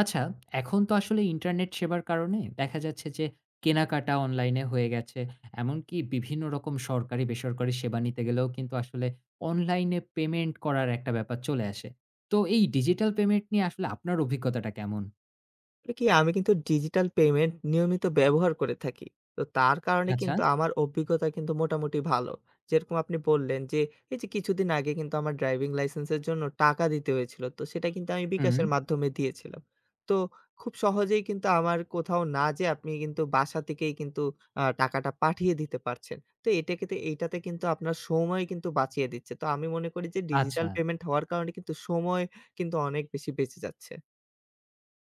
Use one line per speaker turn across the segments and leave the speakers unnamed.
আচ্ছা, এখন তো আসলে ইন্টারনেট সেবার কারণে দেখা যাচ্ছে যে কেনাকাটা অনলাইনে হয়ে গেছে। এমনকি বিভিন্ন রকম সরকারি-বেসরকারি সেবা নিতে গেলেও কিন্তু আসলে অনলাইনে পেমেন্ট করার একটা ব্যাপার চলে আসে। তো এই ডিজিটাল পেমেন্ট নিয়ে আসলে আপনার অভিজ্ঞতাটা কেমন?
আসলে কি আমি কিন্তু ডিজিটাল পেমেন্ট নিয়মিত ব্যবহার করে থাকি। তো তার কারণে
আচ্ছা,
কিন্তু আমার অভিজ্ঞতা কিন্তু মোটামুটি ভালো। যেরকম আপনি বললেন যে, এই যে কিছুদিন আগে কিন্তু আমার ড্রাইভিং লাইসেন্সের জন্য টাকা দিতে হয়েছিল। তো সেটা কিন্তু আমি
হুম,
বিকাশের মাধ্যমে দিয়েছিলাম। তো খুব সহজেই কিন্তু আমার কোথাও না যেয়ে আপনি কিন্তু বাসা থেকেই কিন্তু টাকাটা পাঠিয়ে দিতে পারছেন। তো এটাকে তে এইটাতে কিন্তু আপনার সময় কিন্তু বাঁচিয়ে দিচ্ছে। তো আমি মনে করি যে
আচ্ছা।
ডিজিটাল পেমেন্ট হওয়ার কারণে কিন্তু সময় কিন্তু অনেক বেশি বেঁচে যাচ্ছে।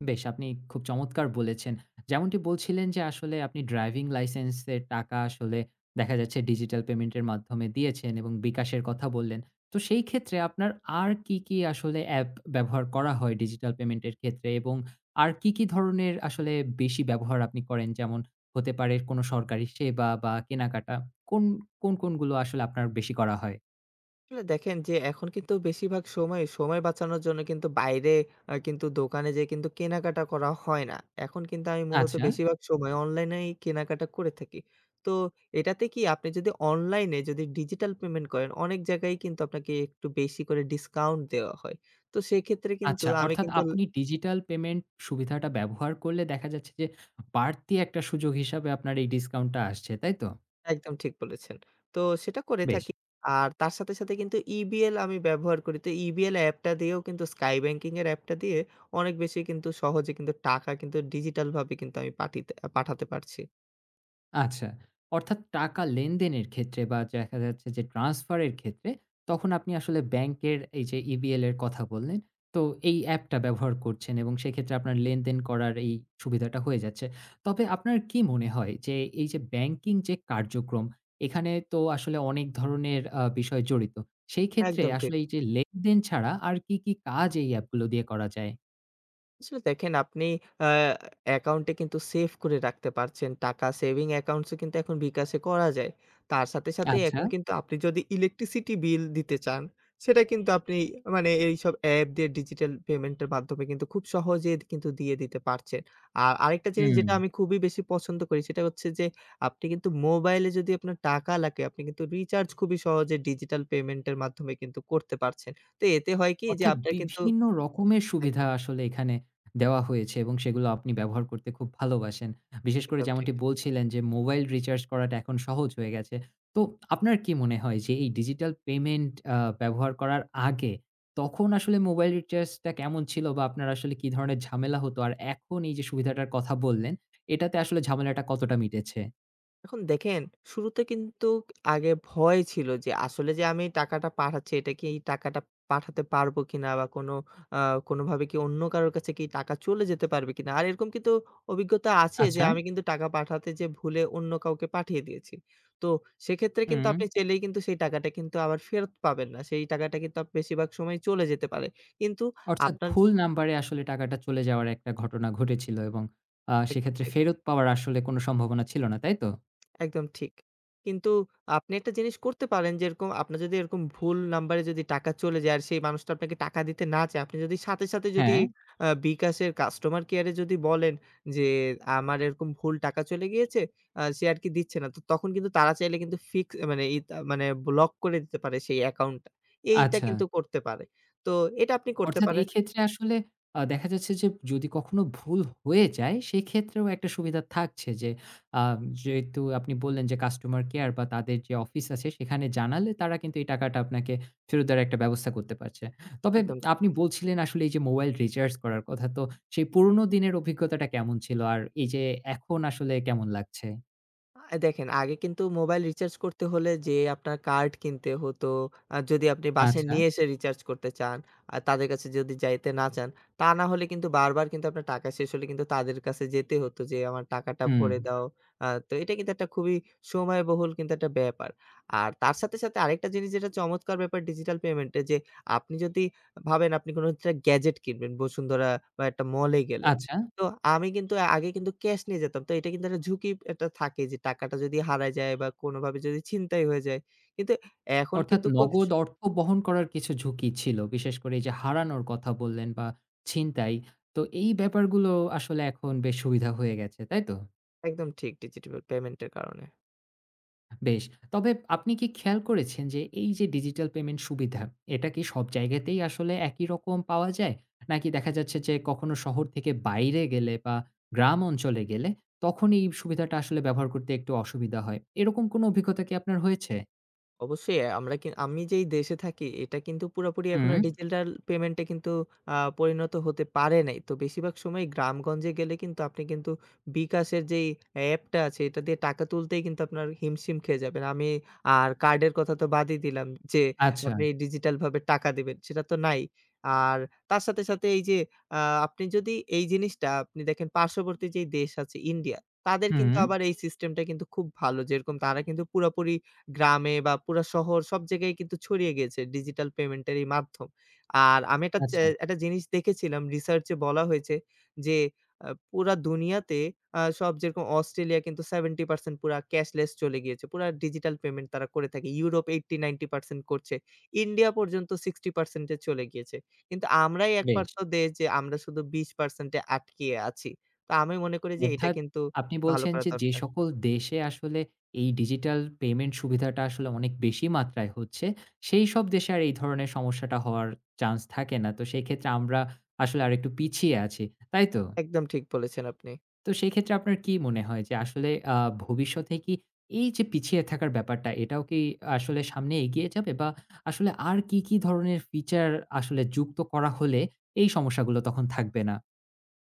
বেশ, আপনি খুব চমৎকার বলেছেন। যেমনটি বলছিলেন যে আসলে আপনি ড্রাইভিং লাইসেন্সের টাকা আসলে দেখা যাচ্ছে ডিজিটাল পেমেন্টের মাধ্যমে দিয়েছেন এবং বিকাশের কথা বললেন। তো সেই ক্ষেত্রে আপনার আর কি, কি আসলে অ্যাপ ব্যবহার করা হয় ডিজিটাল পেমেন্টের ক্ষেত্রে? এবং আর কি, কি ধরনের আসলে বেশি ব্যবহার আপনি করেন? যেমন হতে পারে কোনো সরকারি সেবা বা কেনাকাটা। কোন, কোন, কোনগুলো আসলে আপনার বেশি করা হয়?
আসলে দেখেন যে এখন কিন্তু বেশিরভাগ সময় বাঁচানোর জন্য কিন্তু বাইরে কিন্তু দোকানে যেয়ে কিন্তু কেনাকাটা করা হয় না। এখন কিন্তু আমি মূলত
আচ্ছা।
বেশিরভাগ সময় অনলাইনেই কেনাকাটা করে থাকি। তো এটাতে কি আপনি যদি অনলাইনে যদি ডিজিটাল পেমেন্ট করেন, অনেক জায়গায় কিন্তু আপনাকে একটু বেশি করে ডিসকাউন্ট দেওয়া হয়। তো সেক্ষেত্রে কিন্তু
আচ্ছা,
আমি
অর্থাৎ
কিন্তু
আপনি ডিজিটাল পেমেন্ট সুবিধাটা ব্যবহার করলে দেখা যাচ্ছে যে, বাড়তি একটা সুযোগ হিসাবে আপনার এই ডিসকাউন্টটা আসছে, তাই তো?
একদম ঠিক বলেছেন। তো সেটা করে
বেশ।
থাকি। আর তার সাথে, সাথে কিন্তু ইবিএল আমি ব্যবহার করি। তো ইবিএল অ্যাপটা দিয়েও কিন্তু স্কাই ব্যাংকিং এর অ্যাপটা দিয়ে অনেক বেশি কিন্তু সহজে কিন্তু টাকা কিন্তু ডিজিটালভাবে কিন্তু আমি পাঠাতে পারছি।
আচ্ছা। অর্থাৎ টাকা লেনদেনের ক্ষেত্রে বা দেখা যাচ্ছে যে ট্রান্সফার এর ক্ষেত্রে তখন আপনি আসলে ব্যাংকের এই যে EBL এর কথা বললেন, তো এই অ্যাপটা ব্যবহার করছেন এবং সেক্ষেত্রে আপনার লেনদেন করার এই সুবিধাটা হয়ে যাচ্ছে। তবে আপনার কি মনে হয় যে এই যে ব্যাংকিং যে কার্যক্রম এখানে তো আসলে অনেক ধরনের বিষয় জড়িত। সেই ক্ষেত্রে
একদম ঠিক।
আসলে এই যে লেনদেন ছাড়া আর কি, কি কাজ এই অ্যাপগুলো দিয়ে করা যায়?
আসলে দেখেন আপনি আ অ্যাকাউন্টে কিন্তু সেভ করে রাখতে পারছেন। টাকা সেভিং অ্যাকাউন্টস ও কিন্তু এখন বিকাশে করা যায়। তার সাথে, সাথে
আচ্ছা,
এখন কিন্তু আপনি যদি ইলেকট্রিসিটি বিল দিতে চান, সেটা কিন্তু আপনি মানে এইসব অ্যাপ দিয়ে ডিজিটাল পেমেন্টের মাধ্যমে কিন্তু খুব সহজে কিন্তু দিয়ে দিতে পারছেন। আর আরেকটা জিনিস
হুম।
যেটা আমি খুবই বেশি পছন্দ করি সেটা হচ্ছে যে, আপনি কিন্তু মোবাইলে যদি আপনার টাকা লাগে, আপনি কিন্তু রিচার্জ খুবই সহজে ডিজিটাল পেমেন্টের মাধ্যমে কিন্তু করতে পারছেন। তো এতে হয় কি যে
অর্থাৎ
আপনার কিন্তু
বিভিন্ন রকমের সুবিধা
একদম,
আসলে এখানে দেওয়া হয়েছে এবং সেগুলো আপনি ব্যবহার করতে খুব ভালোবাসেন। বিশেষ করে
একদম ঠিক।
যেমনটি বলছিলেন যে, মোবাইল রিচার্জ করাটা এখন সহজ হয়ে গেছে। তো আপনার কি মনে হয় যে, এই ডিজিটাল পেমেন্ট ব্যবহার করার আগে তখন আসলে মোবাইল রিচার্জটা কেমন ছিল বা আপনার আসলে কি ধরনের ঝামেলা হতো? আর এখন এই যে সুবিধাটার কথা বললেন, এটাতে আসলে ঝামেলাটা কতটা মিটেছে?
এখন দেখেন, শুরুতে কিন্তু আগে ভয় ছিল যে আসলে যে আমি টাকাটা পাঠাচ্ছি এটা কি এই টাকাটা পাঠাতে পারবো কিনা বা কোনো আ কোনোভাবে কি অন্য কারো কাছে কি টাকা চলে যেতে পারবে কিনা? আর এরকম কিন্তু অভিজ্ঞতা আছে যে
আচ্ছা,
আমি কিন্তু টাকা পাঠাতে যেয়ে ভুলে অন্য কাউকে পাঠিয়ে দিয়েছি। তো সেক্ষেত্রে কিন্তু
হুম।
আপনি চাইলেই কিন্তু সেই টাকাটা কিন্তু আবার ফেরত পাবেন না। সেই টাকাটা কিন্তু বেশিরভাগ সময় চলে যেতে পারে। কিন্তু
অর্থাৎ
আপনার
ভুল নাম্বারে আসলে টাকাটা চলে যাওয়ার একটা ঘটনা ঘটেছিল এবং
একদম
সেক্ষেত্রে
ঠিক।
ফেরত পাওয়ার আসলে কোনো সম্ভাবনা ছিল না, তাই তো?
একদম ঠিক। কিন্তু আপনি একটা জিনিস করতে পারেন যেরকম আপনার যদি এরকম ভুল নাম্বারে যদি টাকা চলে যায় আর সেই মানুষটা আপনাকে টাকা দিতে না চায়, আপনি যদি সাথে, সাথে যদি
হ্যাঁ,
বিকাশের কাস্টমার কেয়ারে যদি বলেন যে, "আমার এরকম ভুল টাকা চলে গিয়েছে, সে আর কি দিচ্ছে না।" তো তখন কিন্তু তারা চাইলে কিন্তু ফিক্স মানে ইত মানে ব্লক করে দিতে পারে সেই অ্যাকাউন্টটা। এইটা
আচ্ছা।
কিন্তু করতে পারে। তো এটা আপনি করতে
অর্থাৎ এই
পারেন।
ক্ষেত্রে আসলে দেখা যাচ্ছে যে যদি কখনো ভুল হয়ে যায় সেক্ষেত্রেও একটা সুবিধা থাকছে যে আ যেহেতু আপনি বললেন যে কাস্টমার কেয়ার বা তাদের যে অফিস আছে সেখানে জানালে তারা কিন্তু এই টাকাটা আপনাকে ফেরত দেওয়ার একটা ব্যবস্থা করতে পারছে। তবে
একদম ঠিক।
আপনি বলছিলেন আসলে এই যে মোবাইল রিচার্জ করার কথা তো সেই পুরোনো দিনের অভিজ্ঞতাটা কেমন ছিল? আর এই যে এখন আসলে কেমন লাগছে?
দেখেন আগে কিন্তু মোবাইল রিচার্জ করতে হলে যে আপনার কার্ড কিনতে হতো। যদি আপনি বাসায়
আচ্ছা,
নিয়ে এসে রিচার্জ করতে চান, আর তাদের কাছে যদি যাইতে না চান, তা না হলে কিন্তু বারবার কিন্তু আপনার টাকা শেষ হলে কিন্তু তাদের কাছে যেতে হতো যে আমার টাকাটা
হুম,
ভরে দাও। তো এটা কিন্তু একটা খুবই সময়বহুল কিন্তু একটা ব্যাপার। আর তার সাথে, সাথে আরেকটা জিনিস যেটা চমৎকার ব্যাপার ডিজিটাল পেমেন্ট এ যে আপনি যদি ভাবেন আপনি কোনো একটা গ্যাজেট কিনবেন বসুন্ধরা বা একটা মলে গেলেন।
আচ্ছা।
তো আমি কিন্তু আগে কিন্তু ক্যাশ নিয়ে যেতাম। তো এটা কিন্তু একটা ঝুঁকি একটা থাকে যে টাকাটা যদি হারায় যায় বা কোনোভাবে যদি ছিনতাই হয়ে যায়। কিন্তু এখন
অর্থাৎ
কিন্তু খুব স
নগদ অর্থ বহন করার কিছু ঝুঁকি ছিল। বিশেষ করে এই যে হারানোর কথা বললেন বা ছিনতাই। তো এই ব্যাপারগুলো আসলে এখন বেশ সুবিধা হয়ে গেছে, তাই তো?
একদম ঠিক ডিজিটাল পেমেন্টের কারণে।
বেশ। তবে আপনি কি খেয়াল করেছেন যে এই যে ডিজিটাল পেমেন্ট সুবিধা, এটা কি সব জায়গাতেই আসলে একই রকম পাওয়া যায়? নাকি দেখা যাচ্ছে যে কখনো শহর থেকে বাইরে গেলে বা গ্রাম অঞ্চলে গেলে তখন এই সুবিধাটা আসলে ব্যবহার করতে একটু অসুবিধা হয়? এরকম কোনো অভিজ্ঞতা কি আপনার হয়েছে?
অবশ্যই অ্যা আমরা কি আমি যেই দেশে থাকি এটা কিন্তু পুরোপুরি
হুম,
এখনো ডিজিটাল পেমেন্টে কিন্তু পরিণত হতে পারে নাই। তো বেশিরভাগ সময় গ্রামগঞ্জে গেলে কিন্তু আপনি কিন্তু বিকাশের যেই অ্যাপটা আছে এটা দিয়ে টাকা তুলতেই কিন্তু আপনার হিমশিম খেয়ে যাবেন। আমি আর কার্ডের কথা তো বাদই দিলাম যে
আচ্ছা।
আপনি ডিজিটালভাবে টাকা দিবেন, সেটা তো নাই। আর তার সাথে, সাথে এই যে আ আপনি যদি এই জিনিসটা আপনি দেখেন পার্শ্ববর্তী যেই দেশ আছে ইন্ডিয়া, তাদের কিন্তু
হুম,
আবার এই সিস্টেমটা কিন্তু খুব ভালো। যেরকম তারা কিন্তু পুরোপুরি গ্রামে বা পুরা শহর সব জায়গায় কিন্তু ছড়িয়ে গিয়েছে ডিজিটাল পেমেন্টের এই মাধ্যম। আর আমি
আচ্ছা,
একটা জিনিস দেখেছিলাম রিসার্চে বলা হয়েছে যে পুরা দুনিয়াতে সব যেরকম অস্ট্রেলিয়া কিন্তু 70% পুরা ক্যাশলেস চলে গিয়েছে। পুরা ডিজিটাল পেমেন্ট তারা করে থাকে। ইউরোপ 80-90% করছে। ইন্ডিয়া পর্যন্ত 60% এ চলে গিয়েছে। কিন্তু আমরাই
বেশ।
একমাত্র দেশ যে আমরা শুধু 20% এ আটকিয়ে আছি। তো আমি মনে করি যে এটা
অর্থাৎ
কিন্তু
আপনি
ভালো
বলছেন
করা
যে, যে
দরকার।
সকল দেশে আসলে এই ডিজিটাল পেমেন্ট সুবিধাটা আসলে অনেক বেশি মাত্রায় হচ্ছে, সেইসব দেশে আর এই ধরনের সমস্যাটা হওয়ার চান্স থাকে না। তো সেক্ষেত্রে আমরা আসলে আরেকটু পিছিয়ে আছি, তাই তো?
একদম ঠিক বলেছেন আপনি।
তো সেক্ষেত্রে আপনার কি মনে হয় যে আসলে ভবিষ্যতে কি এই যে পিছিয়ে থাকার ব্যাপারটা, এটাও কি আসলে সামনে এগিয়ে যাবে? বা আসলে আর কি, কি ধরনের ফিচার আসলে যুক্ত করা হলে এই সমস্যাগুলো তখন থাকবে না?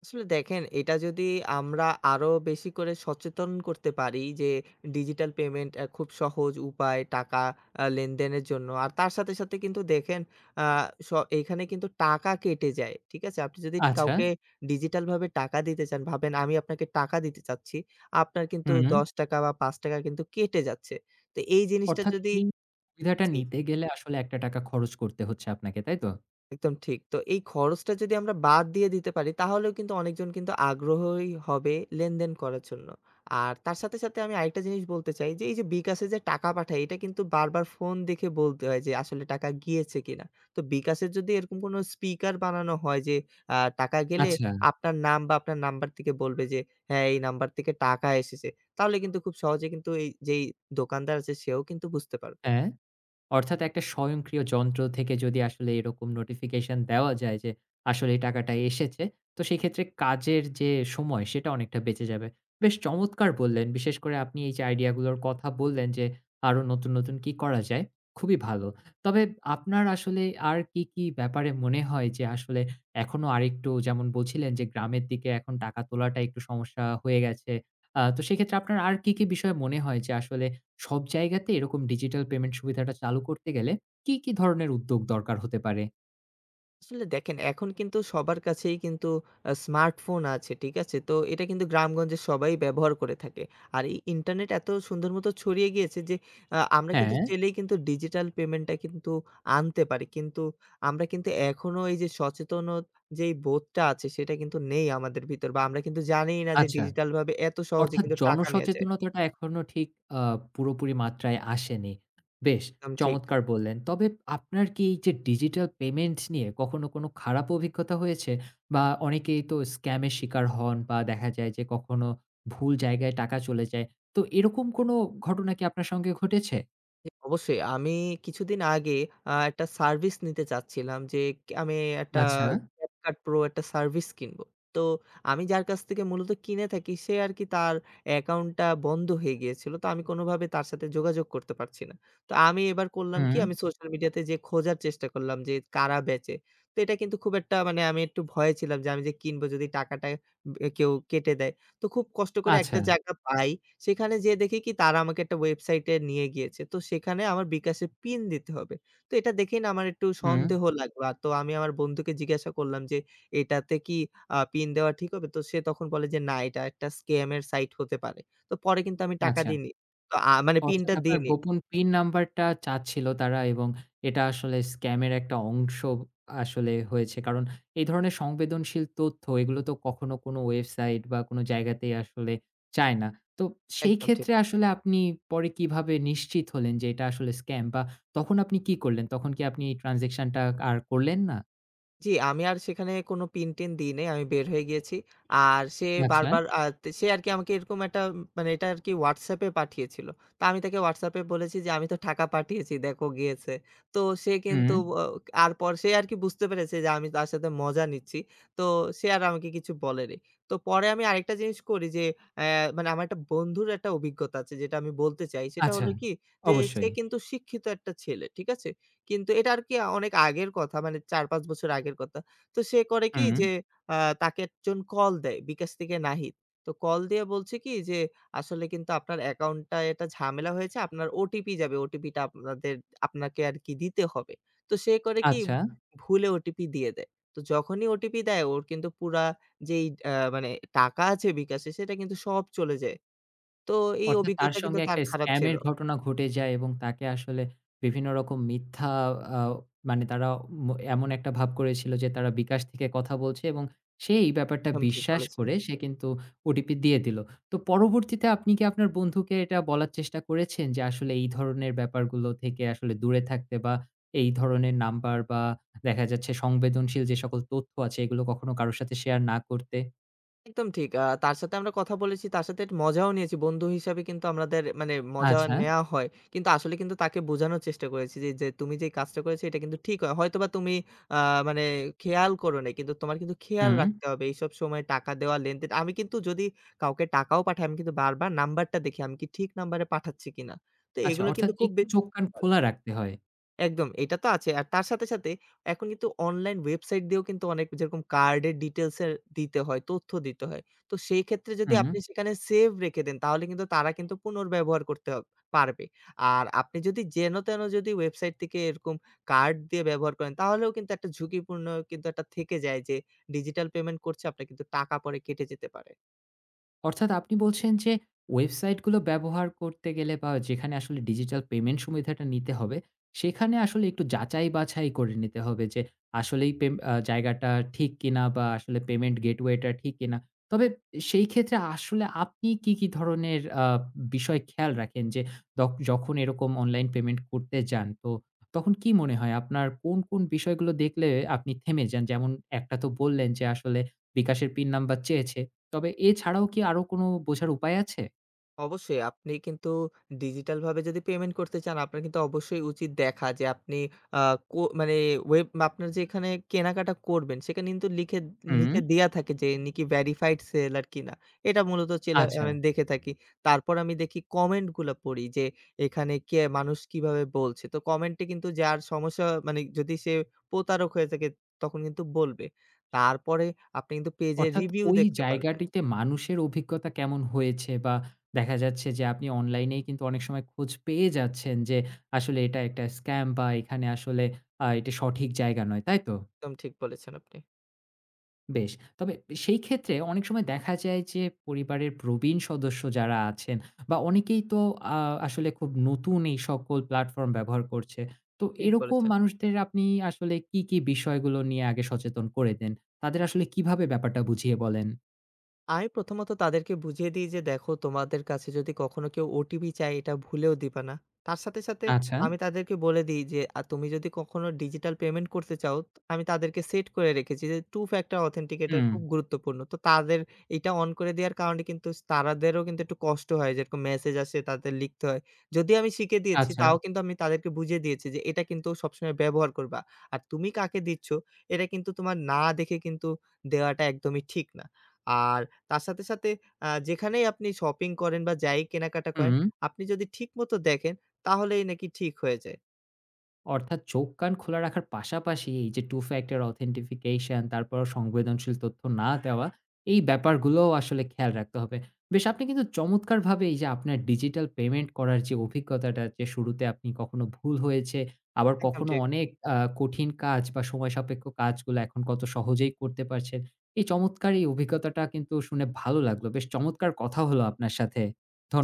আসলে দেখেন, এটা যদি আমরা আরো বেশি করে সচেতন করতে পারি যে ডিজিটাল পেমেন্ট খুব সহজ উপায় টাকা লেনদেনের জন্য। আর তার সাথে, সাথে কিন্তু দেখেন আ স এইখানে কিন্তু টাকা কেটে যায়। ঠিক আছে? আপনি যদি
আচ্ছা,
কাউকে ডিজিটালভাবে টাকা দিতে চান, ভাবেন আমি আপনাকে টাকা দিতে চাচ্ছি। আপনার কিন্তু
হুম।
৳10 বা ৳5 কিন্তু কেটে যাচ্ছে। তো এই জিনিসটা
অর্থাৎ
যদি
এই সুবিধাটা
জি।
নিতে গেলে আসলে ৳১ খরচ করতে হচ্ছে আপনাকে, তাই তো?
একদম ঠিক। তো এই খরচটা যদি আমরা বাদ দিয়ে দিতে পারি তাহলেও কিন্তু অনেকজন কিন্তু আগ্রহই হবে লেনদেন করার জন্য। আর তার সাথে, সাথে আমি আরেকটা জিনিস বলতে চাই যে এই যে বিকাশে যে টাকা পাঠাই এটা কিন্তু বারবার ফোন দেখে বলতে হয় যে আসলে টাকা গিয়েছে কিনা। তো বিকাশের যদি এরকম কোনো স্পিকার বানানো হয় যে টাকা গেলে
আচ্ছা,
আপনার নাম বা আপনার নাম্বার থেকে বলবে যে হ্যাঁ, এই নাম্বার থেকে টাকা এসেছে। তাহলে কিন্তু খুব সহজে কিন্তু এই যেই দোকানদার আছে সেও কিন্তু বুঝতে পারবে।
হ্যাঁ। অর্থাৎ একটা স্বয়ংক্রিয় যন্ত্র থেকে যদি আসলে এরকম নোটিফিকেশন দেওয়া যায় যে আসলে এই টাকাটা এসেছে, তো সেক্ষেত্রে কাজের যে সময় সেটা অনেকটা বেঁচে যাবে। বেশ চমৎকার বললেন। বিশেষ করে আপনি এই যে আইডিয়া গুলোর কথা বললেন যে আরো নতুন, নতুন কি করা যায়? খুবই ভালো। তবে আপনার আসলে আর কি, কি ব্যাপারে মনে হয় যে আসলে এখনো আরেকটু যেমন বলছিলেন যে গ্রামের দিকে এখন টাকা তোলাটা একটু সমস্যা হয়ে গেছে। তো সেক্ষেত্রে আপনার আর কি, কি বিষয় মনে হয় যে আসলে সব জায়গাতে এরকম ডিজিটাল পেমেন্ট সুবিধাটা চালু করতে গেলে কি, কি ধরনের উদ্যোগ দরকার হতে পারে?
আসলে দেখেন এখন কিন্তু সবার কাছেই কিন্তু স্মার্টফোন আছে, ঠিক আছে? তো এটা কিন্তু গ্রামগঞ্জে সবাই ব্যবহার করে থাকে। আর এই ইন্টারনেট এত সুন্দর মতো ছড়িয়ে গিয়েছে যে আমরা কিন্তু
হ্যাঁ,
চাইলেই কিন্তু ডিজিটাল পেমেন্টটা কিন্তু আনতে পারি। কিন্তু আমরা কিন্তু এখনো এই যে সচেতন যেই বোধটা আছে সেটা কিন্তু নেই আমাদের ভিতর বা আমরা কিন্তু জানিই না যে
আচ্ছা।
ডিজিটালভাবে এত সহজে
অর্থাৎ
কিন্তু টাকা নেয়া যায়।
জনসচেতনতাটা এখনো ঠিক আ পুরোপুরি মাত্রায় আসেনি। বেশ
একদম ঠিক।
চমৎকার বললেন। তবে আপনার কি এই যে ডিজিটাল পেমেন্ট নিয়ে কখনো কোনো খারাপ অভিজ্ঞতা হয়েছে? বা অনেকেই তো স্ক্যামের শিকার হন বা দেখা যায় যে কখনো ভুল জায়গায় টাকা চলে যায়। তো এরকম কোনো ঘটনা কি আপনার সঙ্গে ঘটেছে?
জি, অবশ্যই। আমি কিছুদিন আগে একটা সার্ভিস নিতে চাচ্ছিলাম যে আমি একটা
আচ্ছা,
CapCut Pro একটা সার্ভিস কিনবো। তো আমি যার কাছ থেকে মূলত কিনে থাকি সে আরকি তার অ্যাকাউন্টটা বন্ধ হয়ে গিয়েছিল। তো আমি কোনোভাবে তার সাথে যোগাযোগ করতে পারছি না। তো আমি এবার করলাম কি
হুম,
আমি সোশ্যাল মিডিয়াতে যেয়ে খোঁজার চেষ্টা করলাম যে কারা বেচে। তো এটা কিন্তু খুব একটা মানে আমি একটু ভয়ে ছিলাম যে আমি যে কিনবো যদি টাকাটা কেউ কেটে দেয়। তো খুব কষ্ট করে
আচ্ছা,
একটা জায়গা পাই। সেখানে যেয়ে দেখি কি তারা আমাকে একটা ওয়েবসাইটে নিয়ে গিয়েছে। তো সেখানে আমার বিকাশে পিন দিতে হবে। তো এটা দেখেই না আমার একটু
হুম,
সন্দেহ লাগলো। আর তো আমি আমার বন্ধুকে জিজ্ঞাসা করলাম যে, "এটাতে কি পিন দেওয়া ঠিক হবে?" তো সে তখন বলে যে, "না, এটা একটা স্ক্যাম এর সাইট হতে পারে।" তো পরে কিন্তু আমি টাকা
আচ্ছা।
দিইনি। তো মানে
অর্থাৎ
পিনটা
আপনার
দিইনি।
গোপন পিন নাম্বারটা চাচ্ছিল তারা এবং এটা আসলে স্ক্যামের একটা অংশ আসলে হয়েছে। কারণ এই ধরনের সংবেদনশীল তথ্য এগুলো তো কখনো কোনো ওয়েবসাইট বা কোনো জায়গাতেই আসলে চায় না। তো সেই
একদম ঠিক।
ক্ষেত্রে আসলে আপনি পরে কিভাবে নিশ্চিত হলেন যে এটা আসলে স্ক্যাম? বা তখন আপনি কি করলেন? তখন কি আপনি এই ট্রান্সেকশনটা আর করলেন না?
জি, আমি আর সেখানে কোনো পিন-টিন দিই নাই। আমি বের হয়ে গিয়েছি। আর সে
আচ্ছা।
বারবার সে আরকি আমাকে এরকম একটা মানে এটা আরকি WhatsApp এ পাঠিয়েছিল। তো আমি তাকে WhatsApp এ বলেছি যে, "আমি তো টাকা পাঠিয়েছি, দেখো গিয়েছে।" তো সে
হুম।
কিন্তু অ আর পর সে আরকি বুঝতে পেরেছে যে, আমি তার সাথে মজা নিচ্ছি। তো সে আর আমাকে কিছু বলেনি। তো পরে আমি আরেকটা জিনিস করি যে, অ্যা মানে আমার একটা বন্ধুর একটা অভিজ্ঞতা আছে যেটা আমি বলতে চাই। সেটা
আচ্ছা।
হলো কি যে, সে
অবশ্যই।
কিন্তু শিক্ষিত একটা ছেলে। ঠিক আছে? কিন্তু এটা আর কি অনেক আগের কথা মানে ৪-৫ বছর আগের কথা। তো সে করে কি
হুম।
যে আ তাকে একজন কল দেয় বিকাশ থেকে নাহিদ। তো কল দিয়ে বলছে কি যে, "আসলে কিন্তু আপনার অ্যাকাউন্টটায় একটা ঝামেলা হয়েছে। আপনার ওটিপি যাবে। ওটিপিটা আপনাদের আপনাকে আর কি দিতে হবে।" তো সে করে কি
আচ্ছা।
ভুলে ওটিপি দিয়ে দেয়। তো যখনই ওটিপি দেয় ওর কিন্তু পুরা যেই মানে টাকা আছে বিকাশে সেটা কিন্তু সব চলে যায়। তো এই
অর্থাৎ তার
অভিজ্ঞতা কিন্তু
সঙ্গে
তার
একটা
খারাপ ছিল।
স্ক্যামের ঘটনা ঘটে যায় এবং তাকে আসলে বিভিন্ন রকম মিথ্যা আ মানে তারা এমন একটা ভাব করেছিল যে তারা বিকাশ থেকে কথা বলছে এবং সে এই ব্যাপারটা
একদম ঠিক
বিশ্বাস
বলেছেন।
করে সে কিন্তু ওটিপি দিয়ে দিল। তো পরবর্তীতে আপনি কি আপনার বন্ধুকে এটা বলার চেষ্টা করেছেন যে আসলে এই ধরনের ব্যাপারগুলো থেকে আসলে দূরে থাকতে বা এই ধরনের নাম্বার বা দেখা যাচ্ছে সংবেদনশীল যে সকল তথ্য আছে এগুলো কখনো কারো সাথে শেয়ার না করতে?
একদম ঠিক। তার সাথে আমরা কথা বলেছি, তার সাথে মজাও নিয়েছি। বন্ধু হিসাবে কিন্তু আমাদের মানে মজা
আচ্ছা,
নেয়া হয়। কিন্তু আসলে কিন্তু তাকে বোঝানোর চেষ্টা করেছি যে, যে তুমি যেই কাজটা করেছো এটা কিন্তু ঠিক হয়। হয়তোবা তুমি আ মানে খেয়াল করো নাই। কিন্তু তোমার কিন্তু খেয়াল
হুম।
রাখতে হবে। এইসব সময় টাকা দেওয়া, লেনদেন আমি কিন্তু যদি কাউকে টাকাও পাঠাই, আমি কিন্তু বারবার নাম্বারটা দেখি আমি কি ঠিক নাম্বারে পাঠাচ্ছি কিনা। তো
আচ্ছা
এগুলো
অর্থাৎ
কিন্তু খুব
একটু
বেশি
চোখ কান খোলা রাখতে হয়।
একদম। এটা তো আছে। আর তার সাথে, সাথে এখন কিন্তু অনলাইন ওয়েবসাইট দিয়েও কিন্তু অনেক যেরকম কার্ডের ডিটেইলস এর দিতে হয়, তথ্য দিতে হয়। তো সেই ক্ষেত্রে যদি
হুম,
আপনি সেখানে সেভ রেখে দেন তাহলে কিন্তু তারা কিন্তু পুনর্ব্যবহার করতে পারবে। আর আপনি যদি যেন-তেন যদি ওয়েবসাইট থেকে এরকম কার্ড দিয়ে ব্যবহার করেন তাহলেও কিন্তু একটা ঝুঁকিপূর্ণ কিন্তু একটা থেকে যায় যে ডিজিটাল পেমেন্ট করছে আপনার কিন্তু টাকা পরে কেটে যেতে পারে।
অর্থাৎ আপনি বলছেন যে ওয়েবসাইটগুলো ব্যবহার করতে গেলে বা যেখানে আসলে ডিজিটাল পেমেন্ট সুবিধাটা নিতে হবে, সেখানে আসলে একটু যাচাই-বাছাই করে নিতে হবে যে আসলেই পেম আ জায়গাটা ঠিক কিনা বা আসলে পেমেন্ট গেটওয়েটা ঠিক কিনা। তবে সেই ক্ষেত্রে আসলে আপনি কি, কি ধরনের বিষয় খেয়াল রাখেন যে যখন এরকম অনলাইন পেমেন্ট করতে যান, তো তখন কি মনে হয় আপনার কোন, কোন বিষয়গুলো দেখলে আপনি থেমে যান? যেমন একটা তো বললেন যে আসলে বিকাশের পিন নাম্বার চেয়েছে। তবে এছাড়াও কি আরো কোনো বোঝার উপায় আছে?
অবশ্যই আপনি কিন্তু ডিজিটালভাবে যদি পেমেন্ট করতে চান, আপনার কিন্তু অবশ্যই উচিত দেখা যে আপনি আ কো মানে ওয়েব আপনার যেখানে কেনাকাটা করবেন, সেখানে কিন্তু লিখে
হুম,
নিচে দেয়া থাকে যে ইনি কি ভেরিফাইড সেলার কিনা। এটা মূলত
আচ্ছা।
আমি দেখে থাকি। তারপর আমি দেখি কমেন্টগুলা পড়ি যে এখানে কে মানুষ কিভাবে বলছে। তো কমেন্টে কিন্তু যার সমস্যা মানে যদি সে প্রতারক হয়ে থাকে তখন কিন্তু বলবে। তারপরে আপনি কিন্তু পেজের
অর্থাৎ
রিভিউ
ওই
দেখতে পারবেন।
জায়গাটিতে মানুষের অভিজ্ঞতা কেমন হয়েছে বা দেখা যাচ্ছে যে আপনি অনলাইনেই কিন্তু অনেক সময় খোঁজ পেয়ে যাচ্ছেন যে আসলে এটা একটা স্ক্যাম বা এখানে আসলে এটা সঠিক জায়গা নয়, তাই তো?
একদম ঠিক বলেছেন আপনি।
বেশ। তবে সেই ক্ষেত্রে অনেক সময় দেখা যায় যে পরিবারের প্রবীণ সদস্য যারা আছেন বা অনেকেই তো আ আসলে খুব নতুন এই সকল প্ল্যাটফর্ম ব্যবহার করছে। তো
ঠিক
এরকম
বলেছেন।
মানুষদের আপনি আসলে কি, কি বিষয়গুলো নিয়ে আগে সচেতন করে দেন? তাদের আসলে কিভাবে ব্যাপারটা বুঝিয়ে বলেন?
আমি প্রথমত তাদেরকে বুঝিয়ে দিই যে, "দেখো তোমাদের কাছে যদি কখনো কেউ ওটিপি চায় এটা ভুলেও দিবা না।" তার সাথে, সাথে
আচ্ছা।
আমি তাদেরকে বলে দিই যে, তুমি যদি কখনো ডিজিটাল পেমেন্ট করতে চাও।" আমি তাদেরকে সেট করে রেখেছি যে, "টু ফ্যাক্টর অথেন্টিকেটর
হুম।
খুব গুরুত্বপূর্ণ।" তো তাদের এটা অন করে দেওয়ার কারণে কিন্তু তারাদেরও কিন্তু একটু কষ্ট হয়। যেরকম মেসেজ আসে তাদের লিখতে হয়। যদিও আমি শিখিয়ে দিয়েছি
আচ্ছা।
তাও কিন্তু আমি তাদেরকে বুঝিয়ে দিয়েছি যে, "এটা কিন্তু সবসময় ব্যবহার করবা। আর তুমি কাকে দিচ্ছ এটা কিন্তু তোমার না দেখে কিন্তু দেওয়াটা একদমই ঠিক না।" আর তার সাথে, সাথে যেখানেই আপনি শপিং করেন বা যাই কেনাকাটা করেন,
হুম।
আপনি যদি ঠিকমতো দেখেন তাহলেই নাকি ঠিক হয়ে যায়।
অর্থাৎ চোখ কান খোলা রাখার পাশাপাশি এই যে টু ফ্যাক্টর অথেন্টিফিকেশন তারপর সংবেদনশীল তথ্য না দেওয়া, এই ব্যাপারগুলোও আসলে খেয়াল রাখতে হবে। বেশ আপনি কিন্তু চমৎকারভাবে এই যে আপনার ডিজিটাল পেমেন্ট করার যে অভিজ্ঞতাটা যে শুরুতে আপনি কখনো ভুল হয়েছে, আবার
একদম
কখনো
ঠিক।
অনেক আ কঠিন কাজ বা সময় সাপেক্ষ কাজগুলো এখন কত সহজেই করতে পারছেন। এই চমৎকার এই অভিজ্ঞতাটা কিন্তু শুনে ভালো লাগলো। বেশ চমৎকার কথা হলো আপনার সাথে।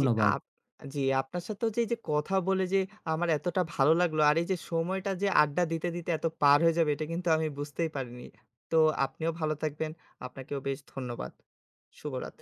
জি, আপ জি, আপনার সাথেও যে, এই যে, কথা বলে যে, আমার এতটা ভালো লাগলো আর এই যে, সময়টা যে, আড্ডা দিতে, দিতে এত পার হয়ে যাবে এটা কিন্তু আমি বুঝতেই পারিনি। তো আপনিও ভালো থাকবেন। আপনাকেও বেশ ধন্যবাদ। শুভরাত।